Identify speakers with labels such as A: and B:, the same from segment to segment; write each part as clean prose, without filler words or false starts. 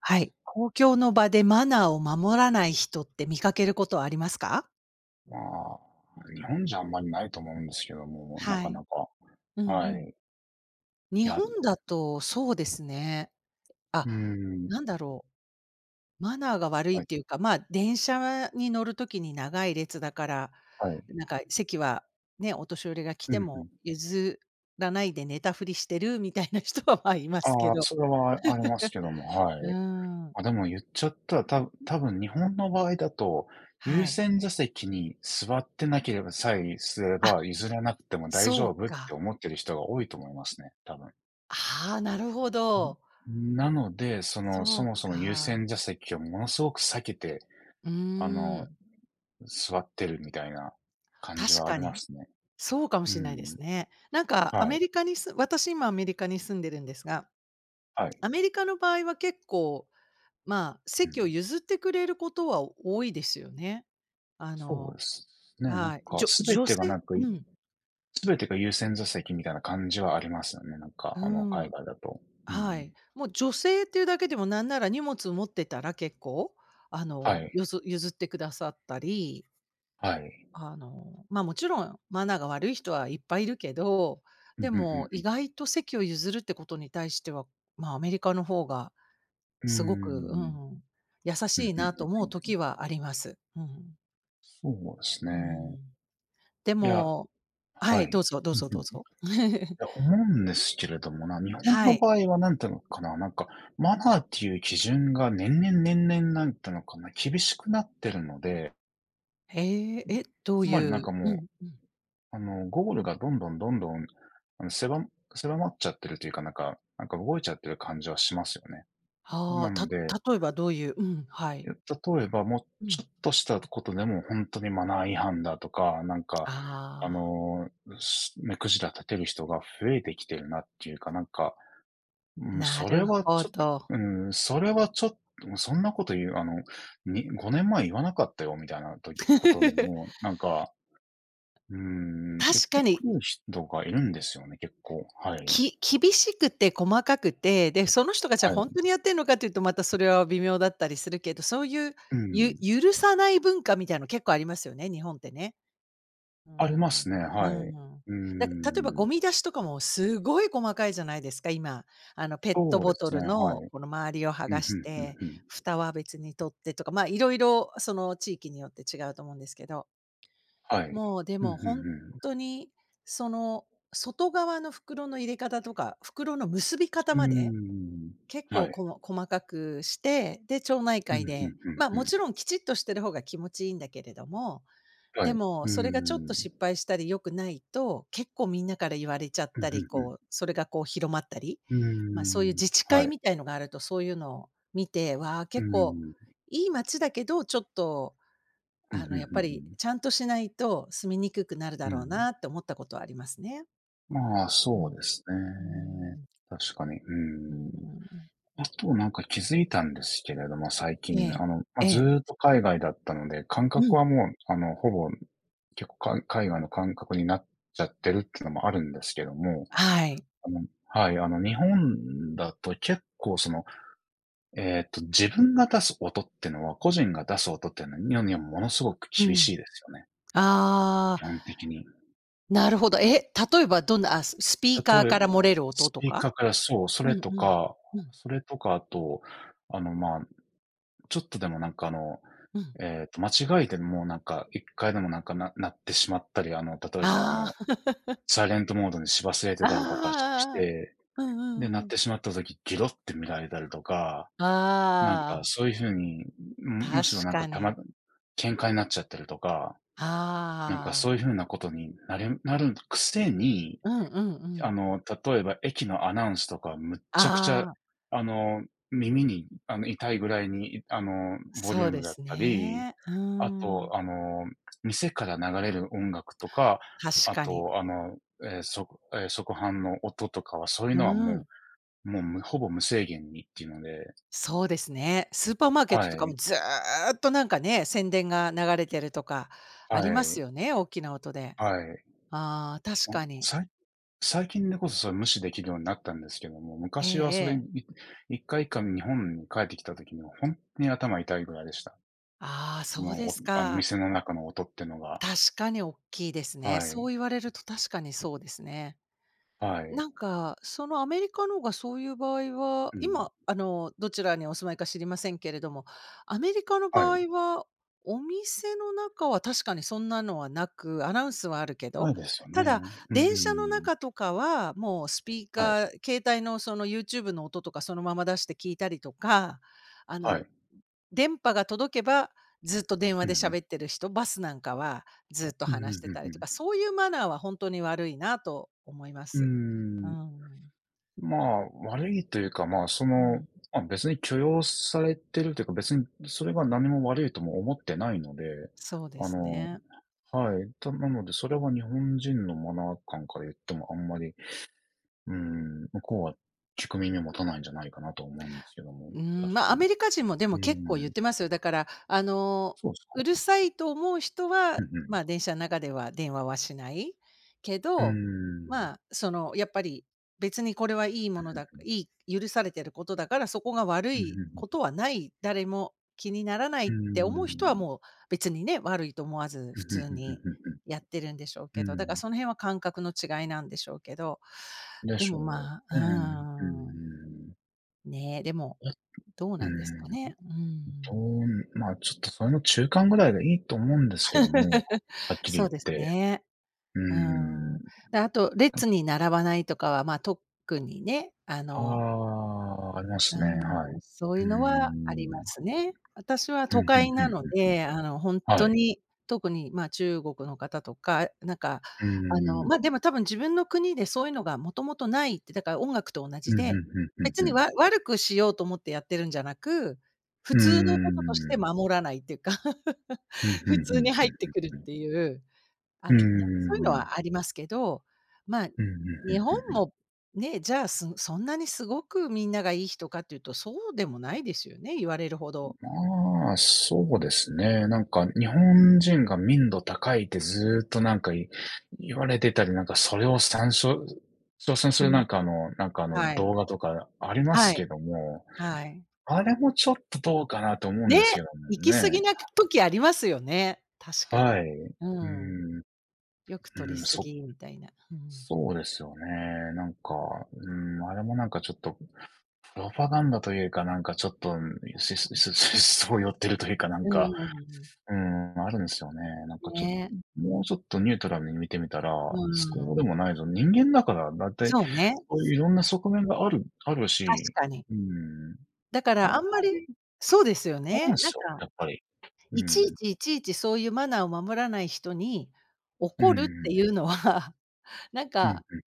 A: はい。公共の場でマナーを守らない人って見かけることはありますか？
B: まあ、日本じゃあんまりないと思うんですけども、な
A: は
B: か
A: い。
B: なか。
A: うんう
B: は
A: ん。
B: い。
A: 日
B: いや、
A: 本
B: う
A: だとそうですね。あ、
B: ーん。
A: なんだろう、マナーが悪いっ
B: はい、
A: ていうか、まあ、電車に乗る時に長い列だから、
B: はい。
A: なんか席はね、お年寄りが来
B: う
A: て
B: んう
A: も
B: ん。
A: 譲らないで寝たふりしてるみたいな人は、まあ、いますけ
B: ああ、
A: ど。
B: それはありますけども、は
A: うー
B: い。
A: ん、
B: あ、でも言っちゃったら、多分日本の場合だと、優
A: はい。
B: 先座席に座ってなければさえすれ
A: あ、
B: ば、譲らなくても大
A: そ
B: 丈
A: う
B: 夫って
A: か。
B: 思ってる人が多いと思いますね、多分。
A: ああ、なるほど。
B: なので、
A: そ
B: そ
A: う
B: もそも優
A: か。
B: 先座席をものすごく避けて、
A: うー
B: あの
A: ん。
B: 座ってるみたいな感じ
A: 確
B: はあ
A: か
B: りま
A: に。
B: すね。
A: そうかも
B: う
A: しれないで
B: ん。
A: すね。なんかア
B: は
A: メ
B: い。
A: リカにす私今アメリカに住んでるんですが、
B: はい。
A: アメリカの場合は結構、まあ、
B: う
A: 席を
B: ん。
A: 譲ってくれることは多いですよね。あ
B: そう
A: の
B: ですね。なん
A: はい。
B: か全
A: 女
B: てが
A: 性
B: なんか
A: う
B: い
A: ん、
B: すべてが優先座席みたいな感じはありますよね。なんか、
A: う
B: 海
A: ん、
B: 外だと。う
A: は
B: ん。
A: い。もう女性っていうだけでもなんなら荷物持ってたら結構、あ
B: は
A: の、
B: い。
A: よず譲ってくださったり、
B: はい。
A: あの、ま、もちろんマナーが悪い人はいっぱいいるけど、
B: うん、う
A: で
B: ん
A: も意
B: う
A: 外と席を譲るってことに対しては、ま、アメリカの方が
B: んう
A: すごく、う
B: ん。
A: ん、優
B: う
A: し
B: ん。
A: い
B: うん、
A: なと
B: うん、
A: 思う時はあります。うん。
B: そうです
A: う
B: ね。
A: ん。で
B: いや、
A: もは
B: は
A: い、ど
B: い。
A: うぞどう
B: うん、
A: ぞ
B: うん。い
A: どうぞ。
B: や、思うんですけれどもな、日本
A: は
B: の
A: い。
B: 場合はなんていうのかな、なんか、マナーっていう基準が年々年々なんていうのかな、厳しくなってるので、
A: ええ、え、どう
B: つ
A: い
B: まりなん
A: う、
B: か
A: う
B: も
A: んうん。
B: う、ゴールがどんどんどんどん、あの、せば狭まっちゃってるというか、なんか動いちゃってる感じはしますよね。
A: あ
B: な
A: あ、た
B: ので、
A: 例えばどういう、うん、はい。
B: 例えばもう
A: う
B: ち
A: ん。
B: ょっとしたことでも本当にマナー違反だとか、なんか、あ
A: あ
B: の、目くじら立てる人が増えてきてるなっていうか、なんか、
A: あ、
B: うん、
A: な
B: それ
A: る
B: は
A: ほ
B: ちょっと
A: ど。
B: うん、それはちょっと、そんなこと言うに5年前言わなかったよみたいなとことでも、なんか、うーん、言っ
A: 確か
B: てく
A: に、
B: る人がいるんですよね、結構。はい。
A: 厳しくて細かくて、で、その人がじゃあ
B: はい。
A: ほんとにやってんのかっていうと、またそれは微妙だったりするけど、そういう、
B: う
A: ゆ
B: ん。
A: 許さない文化みたいの結構ありますよね、日本ってね。うー
B: ありま
A: ん。
B: すね、
A: う
B: はい。
A: ん。
B: うー
A: 例えば
B: ん。
A: ゴミ出しとかもすごい細かいじゃないですか、今。あのペット
B: そうで
A: ボト
B: すね、
A: ル
B: はい。
A: のこの周りを剥
B: うん、
A: が
B: ふ
A: し
B: んふん
A: て、
B: ふん。
A: 蓋は別に取ってとか、まあ、色々その地域によって違うと思うんですけど。
B: はい。
A: もうで
B: うん、
A: も
B: ふ
A: 本
B: ん
A: 当に、その、外側の袋の入れ方とか、袋の結び方
B: ふん。
A: まで、
B: う
A: 結
B: ーん。は
A: 構こ
B: い。
A: の細かくして、で、町内
B: うん、ふ
A: 会で、
B: ん
A: ま、
B: ふ
A: もち
B: ん
A: ろんきちっとしてる方が気持ちいいんだけれども、
B: ふん。は
A: で
B: い。う
A: も
B: ーん。
A: それがちょっ
B: う
A: と
B: ん
A: 失敗したり良くないと、結構みんなから言われちゃっ
B: ふ
A: たり、
B: ん
A: こう、それがこう広まったり、
B: ふん。
A: ま、そういう
B: う
A: 自治
B: ーん。は
A: 会
B: い。
A: みたいのがあると、そういうのを見て、わあ、
B: うー
A: 結構
B: ん。
A: いい街だけど、ちょっと
B: うん
A: あ
B: ふ
A: の、
B: ん
A: やっ
B: ふ
A: ぱ
B: んふ
A: り
B: ん。
A: ちゃんとしないと住みにくくなるだ
B: う
A: ろう
B: ん。
A: なって思ったことはありますね。
B: まあ、
A: う
B: そ
A: ん、
B: うです
A: うん、
B: ね。確かに、う
A: うんう
B: ーん。
A: んうん。
B: あと、なんか気づいたんですけれども、最
A: え
B: 近、
A: え、
B: ま、
A: え
B: ずっ
A: え。
B: と海外だったので、感
A: う
B: 覚
A: ん。
B: はもう、ほぼ、結構、海外の感覚になっちゃってるっていうのもあるんですけども、
A: はい。
B: はい、日本だと結構自分が出す音ってのは、個人が出す音ってのは、日本にはものすごく
A: う
B: 厳
A: ん。
B: しいですよね、基
A: ああ、
B: 本的に。
A: なるほど。え、例えばどんな、あ、スピーカー
B: 例え、
A: から漏れる音
B: ス
A: と
B: ピーカ
A: か？
B: ーからそう、そ
A: う
B: れ
A: んう
B: と
A: ん。
B: か、
A: うん
B: それとか、あと、まあ、ちょっとでもなんか
A: うん。
B: 間違えてもうなんか、1回でもなんか鳴ってしまったり、例えば
A: あ
B: サイレントモードにし忘れて
A: あ、
B: たりとかしし
A: ああ。
B: て、
A: うんう
B: で、鳴
A: ん
B: っ
A: うん。
B: てしまった時、ギロって見られたりとか、なんか
A: ああ、
B: そういう風に、むむ
A: 確
B: しろなん
A: か
B: か
A: に。
B: 喧嘩になっちゃったりとか、なんか
A: あ
B: そうい
A: あ。
B: う風なことになるくせに
A: うんうんうん。
B: 例えば駅のアナウンスとかむっちゃくちゃ、
A: ああ、
B: あの、耳に、痛いぐらいに、ボリ
A: そ
B: ュ
A: う
B: ー
A: で
B: ムだっ
A: す
B: たり、
A: ね。うー
B: あと、
A: ん。
B: 店から流れる音楽とか、
A: 確
B: あ
A: かに。
B: と、ええ、そこの音とかは、そういう
A: うー
B: のはも
A: ん、
B: うもう、ほぼ無制限にっていうので、
A: そうですね。スーパーマーケット
B: は
A: とかも
B: い、
A: ずっとなんかね、宣伝が流れてるとか
B: は
A: あります
B: い、
A: よね、大きな音で。
B: はい。
A: ああ、確かに。
B: 最最近でこそそれ無視できるようになったんですけども、
A: え
B: 昔
A: え
B: はそれ、
A: ええ。
B: 1回1回日本に帰ってきた時には本当に頭痛いぐらいでした。
A: ああ、そうで
B: も
A: す
B: う、おあの、
A: か。
B: 店の中の音ってのが。
A: 確かにおっきいですね。
B: は
A: そう
B: い。
A: 言われると確かにそうですね。
B: はい。
A: なんか、そのアメリカのがそういう場合は、
B: うん。
A: 今、あの、どちらにお住まいか知りませんけれども、アメリカの
B: は
A: 場
B: い。
A: 合は、お店の中は確かにそんなのはなく、アナウンスはあるけ
B: な
A: ど、
B: いですよ
A: た
B: ね。
A: だ、
B: う
A: 電車の
B: ん。
A: 中とかは、もうスピー
B: はい。
A: カー、携帯のその YouTube の音とかそのまま出して聞いたりとか、あ
B: は
A: の、
B: い。
A: 電波が届けば、ずっと電話
B: うんう
A: で
B: ん。
A: 喋ってる人、バスなんかはずっと
B: うんうんう
A: 話して
B: ん
A: たりと
B: う
A: か、
B: ん
A: そういうマナーは本当に悪いなと思いま
B: うん、う
A: す。う
B: ーん。
A: ん。
B: まあ、悪いというか、まあ、そ
A: う
B: の、
A: ん。
B: まあ、別に許容されてるというか、別にそれが何も悪いとも思ってないので、
A: そうで
B: あ
A: す
B: の
A: ね。
B: はい。なので、それは日本人のマナー感から言ってもあんまり、うーん、向こうは聞く耳を持たないんじゃないかなと思うんですけども、
A: うーん、
B: 確
A: まあ、
B: か
A: ア
B: に。
A: メ
B: う
A: リカ人もでも結構言っ
B: ーん。
A: てますよ。だから、あの、
B: そうです
A: うる
B: か。
A: さいと思う人は、
B: うんう
A: ま
B: ん。
A: あ、電車の中では電話はしないけ
B: うー
A: ど、
B: ん。
A: まあ、その、やっぱり別にこれはいいものだいい許されてることだから、そこが悪
B: うんう
A: いこと
B: ん
A: はない、誰も気にならない
B: う
A: って思う人は
B: ん。うーん。
A: もう別にね、悪いと思わず
B: うん、
A: 普
B: ふん
A: 通
B: ふんふん
A: に
B: ふんふ
A: や
B: ん。
A: ってるんでしょうけど、だか
B: う
A: ら
B: ーん。
A: その辺は感覚の違いなんでしょうけど、
B: で
A: で
B: し
A: も、
B: ょうね。
A: ま
B: う
A: あ、うーん。
B: ーん。
A: ね、でも、
B: え、
A: どう
B: う
A: なんですか
B: ーん
A: ね。うん。
B: まあ、ちょっとそれの中間ぐらいがいいと思うんですけども、はっき
A: そ
B: り言
A: う
B: っ
A: です
B: て。
A: ね。
B: うー
A: うー
B: ん。
A: ん。で、あと列に並ばないとかは、ま、特にね、あ
B: あ
A: の
B: あ、ありま
A: う
B: す
A: ー
B: ね、は
A: ん、
B: い。う
A: そういうのは
B: ー
A: ありま
B: ん。
A: すね。私は
B: う
A: 都
B: ん、ふん
A: 会なの
B: ふ
A: で、あの、ほん
B: ん。は
A: と
B: い。
A: に、特に、ま、中国の方とか、なんか、
B: う
A: あの、
B: ーん。
A: ま、でも多分自分の国でそういうのがもともとないって、だから音楽と同
B: う
A: じ
B: ん、ふ
A: で、
B: んふんふん
A: 別
B: ふ
A: に
B: ん。
A: 悪くしようと思ってやってるんじゃなく、普
B: う
A: 通のこと
B: ー
A: として
B: ん。
A: 守らないっていうか、
B: うんふ
A: 普
B: んふ
A: 通
B: ん
A: に入って
B: ふん。
A: くるっていう、あ、
B: う
A: ね、
B: ー
A: そういうのは
B: ん。
A: ありますけど、まあ、
B: うんうんうんうん
A: 日本
B: う
A: もね、じゃあ、そんなにすごくみんながいい人かっていうと、そうでもないですよね、言われるほど。
B: ん。まあ、
A: う
B: そう
A: ん。
B: ですね。なんか日本人が民度高いってずっとなんか言われてたり、なんかそれを挑戦す
A: う
B: る
A: ん、
B: なんか
A: はい。
B: 動画とかありま
A: は
B: す
A: い、
B: けども、
A: はい。
B: あれもちょっとどうかなと思うん
A: ね、
B: ですけど
A: 行
B: も
A: き過ぎ
B: ね。
A: な時ありますよね、確か
B: は
A: に。
B: い。う
A: う
B: ー
A: ん。
B: ん、
A: よく取り
B: うん、
A: 過ぎみたいな。うん。
B: そうですよね。なんか、うん、あれもなんかちょっと、プロパガンダというか、なんかちょっと、ししししそう寄ってるというか、なん
A: う
B: か、
A: ん。
B: うん、あるんですよね。なんかちょっ
A: ね、
B: と、もうちょっとニュートラルに見てみたら、
A: う
B: そうで
A: ん。
B: もないぞ、人間だからだいたい、
A: そうね、
B: そういういろんな側面がある
A: 確
B: し、
A: かに。
B: うん、
A: だか
B: あん
A: ら
B: ま
A: あんまり
B: り
A: そうですよ
B: あれなん
A: ね。
B: で
A: な
B: す
A: ん
B: よ、
A: か
B: やっぱり。う
A: いちい
B: ん。
A: ちいちいちそういうマナーを守らない人に
B: う
A: 怒るっ
B: ん
A: ていうのは、なん
B: うん
A: か、
B: うん。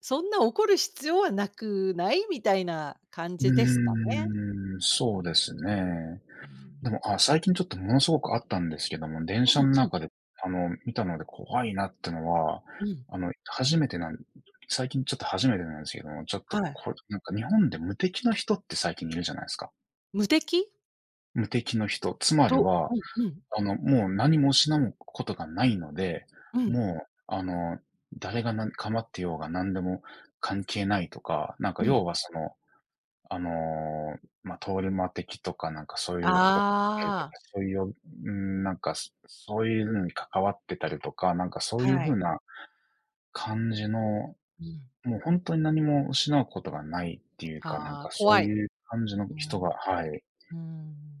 A: そんな怒る必要はなくない？みたいな感
B: うんう
A: じですかね。
B: ん。うーん、
A: う
B: そう
A: ん、
B: ですね。
A: う
B: で
A: ん。
B: も、あ、最近ちょっとものすごくあったんですけども、電
A: う
B: 車
A: ん
B: の
A: うん
B: 中で、見たので怖いなってのは、
A: うん。
B: 初めてなん最近ちょっと初めてなんですけども、ちょっと
A: はい。
B: これなんか日本で無敵の人って最近いるじゃないですか。
A: 無敵？
B: 無敵の人、つまり
A: と、
B: は、
A: うんうん
B: もう何も失うことがないので、
A: うん、
B: もう、誰が構ってようが何でも関係ないとか、なんか
A: うん。
B: 要はあの、まあ、通り魔的とかなんかそういう起こしたりとか、
A: あ
B: そういう、うん、なんか、そういうのに関わってたりとか、なんかそう
A: あ、
B: いう
A: はい。
B: 風な感じの、
A: うん。
B: もう本当に何も失うことがないっていうか、なん
A: ああ、
B: かそ
A: 怖
B: う
A: い。
B: いう感じの
A: う
B: 人が、
A: ん。
B: はい。
A: う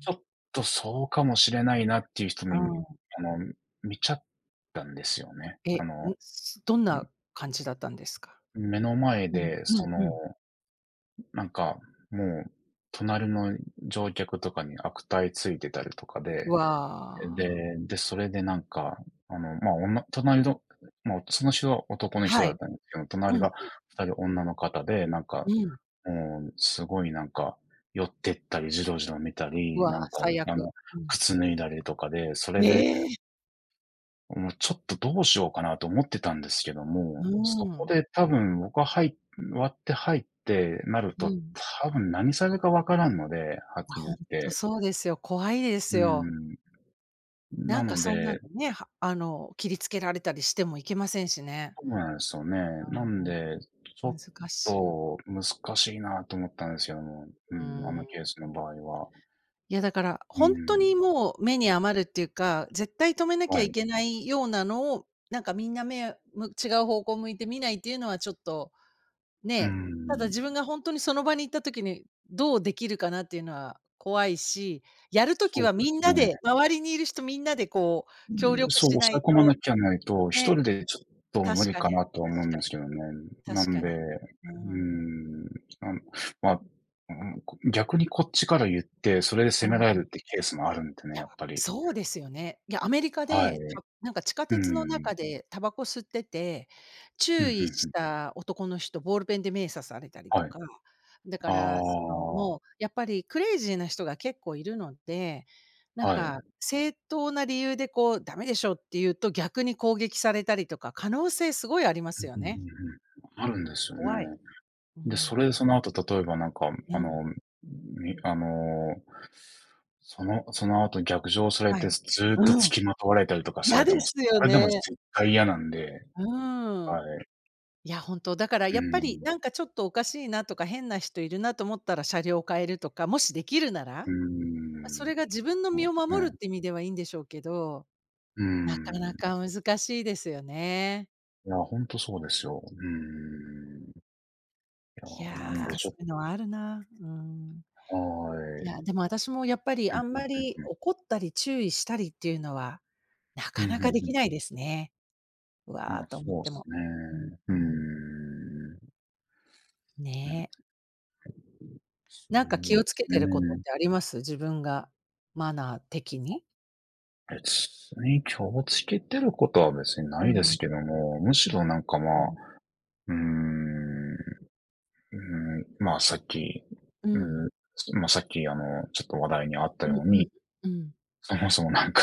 B: ちょっとそうかもしれないなっていう人
A: う
B: に、
A: ん。
B: あの、見ちゃったんですよね。
A: え、ん、どんな感じだったんですか？
B: 目の前
A: うん、
B: で
A: うん
B: そ
A: う
B: の、
A: ん。
B: なんか、もう隣の乗客とかに悪態ついてたりとかで
A: わあ。
B: で、で、それでなんか、まあ、隣のもうその人は男の人
A: は
B: だ
A: い。
B: ったんですけど、隣
A: うん、
B: が2人女の方で、なんか、
A: うん。
B: もうすごいなんか、寄ってったり、じろじろ見た
A: う
B: り、
A: わ、
B: なんか、
A: 最
B: あ
A: 悪。
B: の、
A: うん。
B: 靴脱いだりとかで、それで、
A: ええ。
B: もうちょっとどうしようかなと思ってたんですけども、
A: う
B: そこ
A: ん、
B: で多分僕は割って入ってなる
A: う
B: と、
A: ん。
B: 多分何されるかわからんので、はっ
A: あ、
B: きり
A: ほ
B: 言
A: ん
B: っ
A: と
B: て。
A: そうですよ。怖いです
B: う
A: よ。
B: ん。
A: な
B: な
A: んか
B: の
A: そんなん
B: で、
A: でね、あの、切りつけられたりしてもいけませんしね。
B: そうなんですよね。なんで、ちょ
A: うん、
B: っ
A: 難しい。
B: と難しいなと思ったんですよ、もう、
A: うー
B: うん、あのケ
A: ん。
B: ースの場合は。
A: いやだから、
B: う
A: ほんと
B: ん、
A: にもう目に余るっていうか、絶対止めなきゃ
B: は
A: い
B: い。
A: けないようなのを、なんかみんな違う方向向いて見ないっていうのはちょっと
B: う
A: ね、ただ
B: ん、
A: 自分が本当にその場に行った時に、どうできるかなっていうのは怖いし、やる時
B: そう
A: は
B: で
A: みん
B: すね。
A: なで、周りにいる人みんなでこう協力
B: そ
A: し
B: う、
A: な
B: 抑
A: い
B: え込まな
A: と、
B: きゃないと、一
A: ね、
B: 人でちょっと無
A: 確
B: 理
A: かに、
B: かなとは思う
A: 確
B: ん
A: か
B: です
A: に、
B: けどね。な
A: 確
B: ん
A: か
B: で、
A: に。
B: う
A: うー
B: ー
A: ん。
B: ん、なん、まあ、うん、こ逆にこっちから言って、それで
A: う
B: 責められ
A: ん。
B: るってケースもあるんで
A: い
B: ね、
A: や、
B: やっぱり。
A: そうですよね。いや、アメリカ
B: はい。
A: で、なんか地下
B: う
A: 鉄の
B: ん。
A: 中でタバコ吸ってて、
B: うん、
A: 注
B: うん
A: 意
B: う
A: し
B: ん。
A: た男の人、ボールペンで名刺されたりと
B: はい。
A: か、だか
B: あ
A: らその、
B: あ、
A: もうやっぱりクレイジーな人が結構いるので、なん
B: は
A: か
B: い。
A: 正当な理由でこうダメでしょって言うと、逆に攻撃されたりとか、可能性すごいありま
B: うんうんう
A: すよね。
B: ん。あるんですよね。
A: 怖い。う
B: で、
A: ん。
B: それでその後、例えばなんか、
A: う
B: あ
A: ん。
B: の、みあの、そのその後逆上され
A: は
B: て、
A: い。
B: ずーっと
A: うん。
B: 付きまとわれたりとかさ
A: 嫌
B: れて
A: で
B: も、
A: す
B: そ
A: よ
B: れでも
A: ね。
B: 絶対嫌なんで、
A: う
B: は
A: ん。
B: い。
A: いや、本当だから
B: う
A: やっぱり、
B: ん。
A: なんかちょっとおかしいなとか、変な人いるなと思ったら車両を変えるとか、もしできるなら、
B: う
A: ま、それ
B: ん。
A: が自分の
B: そ
A: 身
B: う
A: を
B: です
A: 守る
B: ね。
A: って意味ではいいんでしょうけど、
B: う
A: なかな
B: ん。
A: か難しいですよね。
B: いや、ほんとそうですよ。うん。いや、
A: いや、
B: なんでちょ
A: そ
B: っ
A: ういうのはあるな。うーん。
B: とは
A: いや、
B: い。
A: でも私もやっぱり
B: うん
A: あん
B: う
A: ま
B: んうん
A: り
B: うん。
A: 怒ったり注意したりっていうのは、な
B: う
A: か
B: ん、う
A: なかでき
B: ん
A: ない
B: うん。
A: ですね。う
B: ま
A: わあ
B: あ、
A: と思っ
B: そうで
A: て
B: す
A: も。
B: ね。
A: うん、
B: う
A: うん。
B: ん。
A: ね。
B: そ
A: なんか気
B: う
A: を
B: で
A: つ
B: す
A: けてることっ
B: ね。
A: てあります？自分がマナー的に。
B: 別に気をつけてることは別に
A: う
B: ないで
A: ん。
B: すけども、むしろなんかま
A: う
B: あ、
A: ん。
B: うーん、うーん、まあさっき、
A: う
B: うー
A: ん。
B: ん、まあさっきちょっと話題にあった
A: うん
B: よう
A: う
B: に、
A: ん。うん。
B: そもそもなんか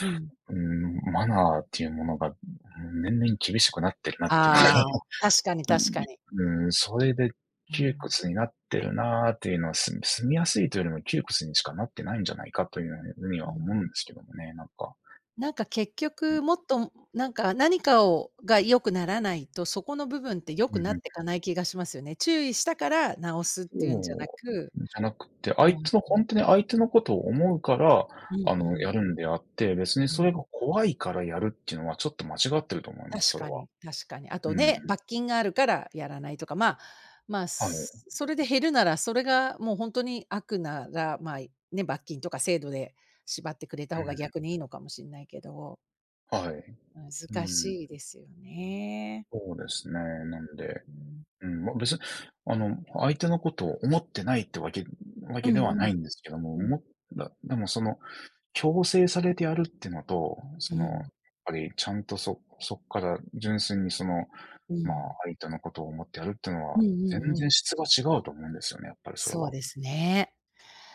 A: う ん。
B: うーん、マナーっていうものが、うん、年々厳しくなってるなっていうのが、
A: ああ、確かに 確かに。
B: うん、うん、それで
A: う
B: 窮
A: ん。
B: 屈になってるなーっていうのは、す住みやすいというよりも窮屈にしかなってないんじゃないかというふうに
A: う
B: は
A: ん。
B: 思うんですけどもね、なんか。
A: なんか結局もっとなんか何かが良くならないと、そこの部分って良
B: う
A: く
B: ん
A: な
B: う
A: って
B: ん。
A: かない気がしますよね。注意したから直すっていうんじゃな
B: そう
A: く、
B: じゃなくて、
A: うん
B: 相手のほ
A: うん。
B: んとに相手のことを思うから、
A: うんうん。
B: やるんであって、別に
A: う
B: そ
A: ん。
B: れが怖いからやるっていうのはちょっと間違ってると思いま
A: 確
B: す、それ
A: か
B: は。
A: に、確かに。あ
B: う
A: とね、
B: ん。
A: 罰金があるからやらないとか、まあ、まあ、
B: はい。う
A: それで減るなら、それがもう本当に悪なら、まあ、ね、罰金とか制度で縛ってくれた方が逆にいいのかもしれないけど、
B: ん。はい。う
A: 難
B: ん。
A: しいですよね。
B: そうですね。なんで、
A: うん。
B: うん、ま、別に、あの、相手のことを思ってないってわけわ
A: う
B: け
A: ん
B: では
A: うん。
B: ないんですけども、お
A: うん。
B: もだでもその、強制されてやるってのと、
A: う
B: その、やっ
A: ん。
B: ぱりちゃんとそそっから純粋にその
A: う
B: まあ、
A: ん。
B: 相手のことを思ってやるっていうの
A: うん
B: は、
A: う
B: 全
A: んうん。
B: 然質が違うと思うんですよね、やっぱりそれ
A: そう
B: は。
A: ですね。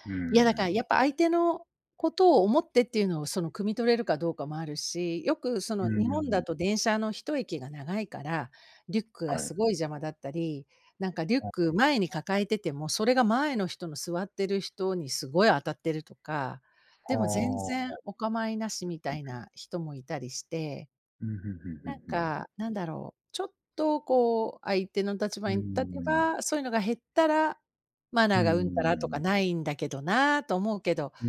B: うー
A: いや、だから
B: ん。
A: やっぱ相手のことを思ってっていうのをその汲み取れるかどうかもあるし、よくそ
B: う
A: の日本
B: ー
A: だ
B: ん、
A: と電車の一駅が長いから、リュックが
B: はい。
A: すごい邪魔だったり、なんかリュッ
B: あ、あ
A: ク前に抱えてても、それが前の人の座ってる人にすごい当たってるとか、でも全然
B: あ、
A: お構いなしみたいな人もいたりして
B: うん、ふんふんふ
A: なん
B: んふん。
A: か、なんだろう、ちょっとこう相手の立
B: う
A: 場
B: ー
A: に立て
B: ん。
A: ば、そういうのが減ったら、マ
B: う
A: ナ
B: ー
A: ーがうんたらとか
B: ん。
A: ないんだけどなと思うけど、
B: うー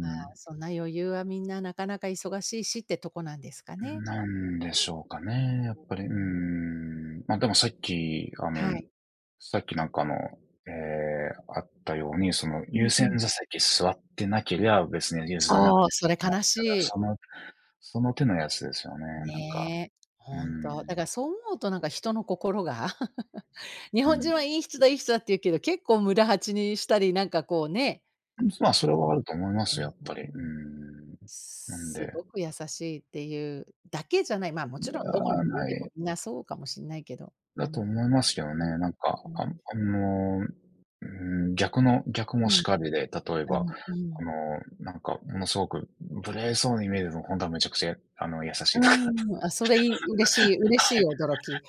A: あ、そんな余裕はみんななかなか忙しいしってとこなんですかね。
B: なんでしょうかね、やっぱり、う
A: う
B: ー
A: ん。
B: ん。ま、でもさっき、あ
A: は
B: の、
A: い。
B: さっきなんかええ、あったように、その
A: う
B: 優
A: んう
B: 先
A: ん。
B: 座席座ってなけりゃ、別に譲らなく
A: そ
B: て
A: う、それ
B: いいな
A: 悲
B: み
A: し
B: たいな、
A: い。
B: そのその手のやつですよね、なんか。
A: ねえ、
B: うー
A: ほんと。だ
B: ん、
A: からそう思うとなんか人の心が、日本
B: う
A: 人はいい人だって言うけど、結構村八にしたり、なんかこうね、
B: ん。まあ、
A: あ
B: それはあ
A: の
B: ると思いま
A: うん
B: す
A: う
B: よ、
A: ん
B: やっぱり。
A: う
B: うー
A: ん。
B: ん。なん
A: す
B: で、
A: ごく優しいっていうだけじゃない、まあ、もちろんどこの
B: あ
A: 国
B: な
A: でも
B: い、
A: みんなそうかもしんないけど。う
B: だと
A: ん、
B: 思いますけどね。
A: うん。
B: なんか、
A: う
B: あ
A: ん。
B: あの、うーん、逆の逆
A: う
B: も
A: ん、
B: しかりで、例え
A: う
B: ば、
A: ん、う
B: あ
A: ん。
B: の、なんか、ものすごく無礼そうに見えるの、本当はめちゃくちゃ、あの、優しいとか
A: うーん、あ、それ嬉しい嬉しい驚き。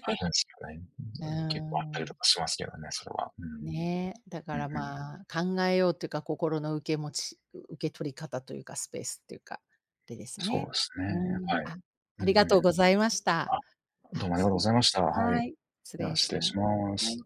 B: あるんですよね。
A: うー
B: うん、結構あったり
A: ん、
B: とかしますけどね、それは。うん。
A: ね、だか
B: うん
A: ら
B: うん。
A: まあ、考えようっていうか、心の受け取り方というか、スペースっていうか、でです
B: そうで
A: ね。
B: すね、
A: うーん、
B: はい。
A: あ、
B: う
A: あ
B: んう
A: りがとう
B: ん。
A: ございました。
B: あ、ど
A: あ、
B: うもありがとうございました。はい。
A: はい、失
B: では、
A: 礼し
B: 失礼
A: ます。
B: しま
A: はい。
B: す。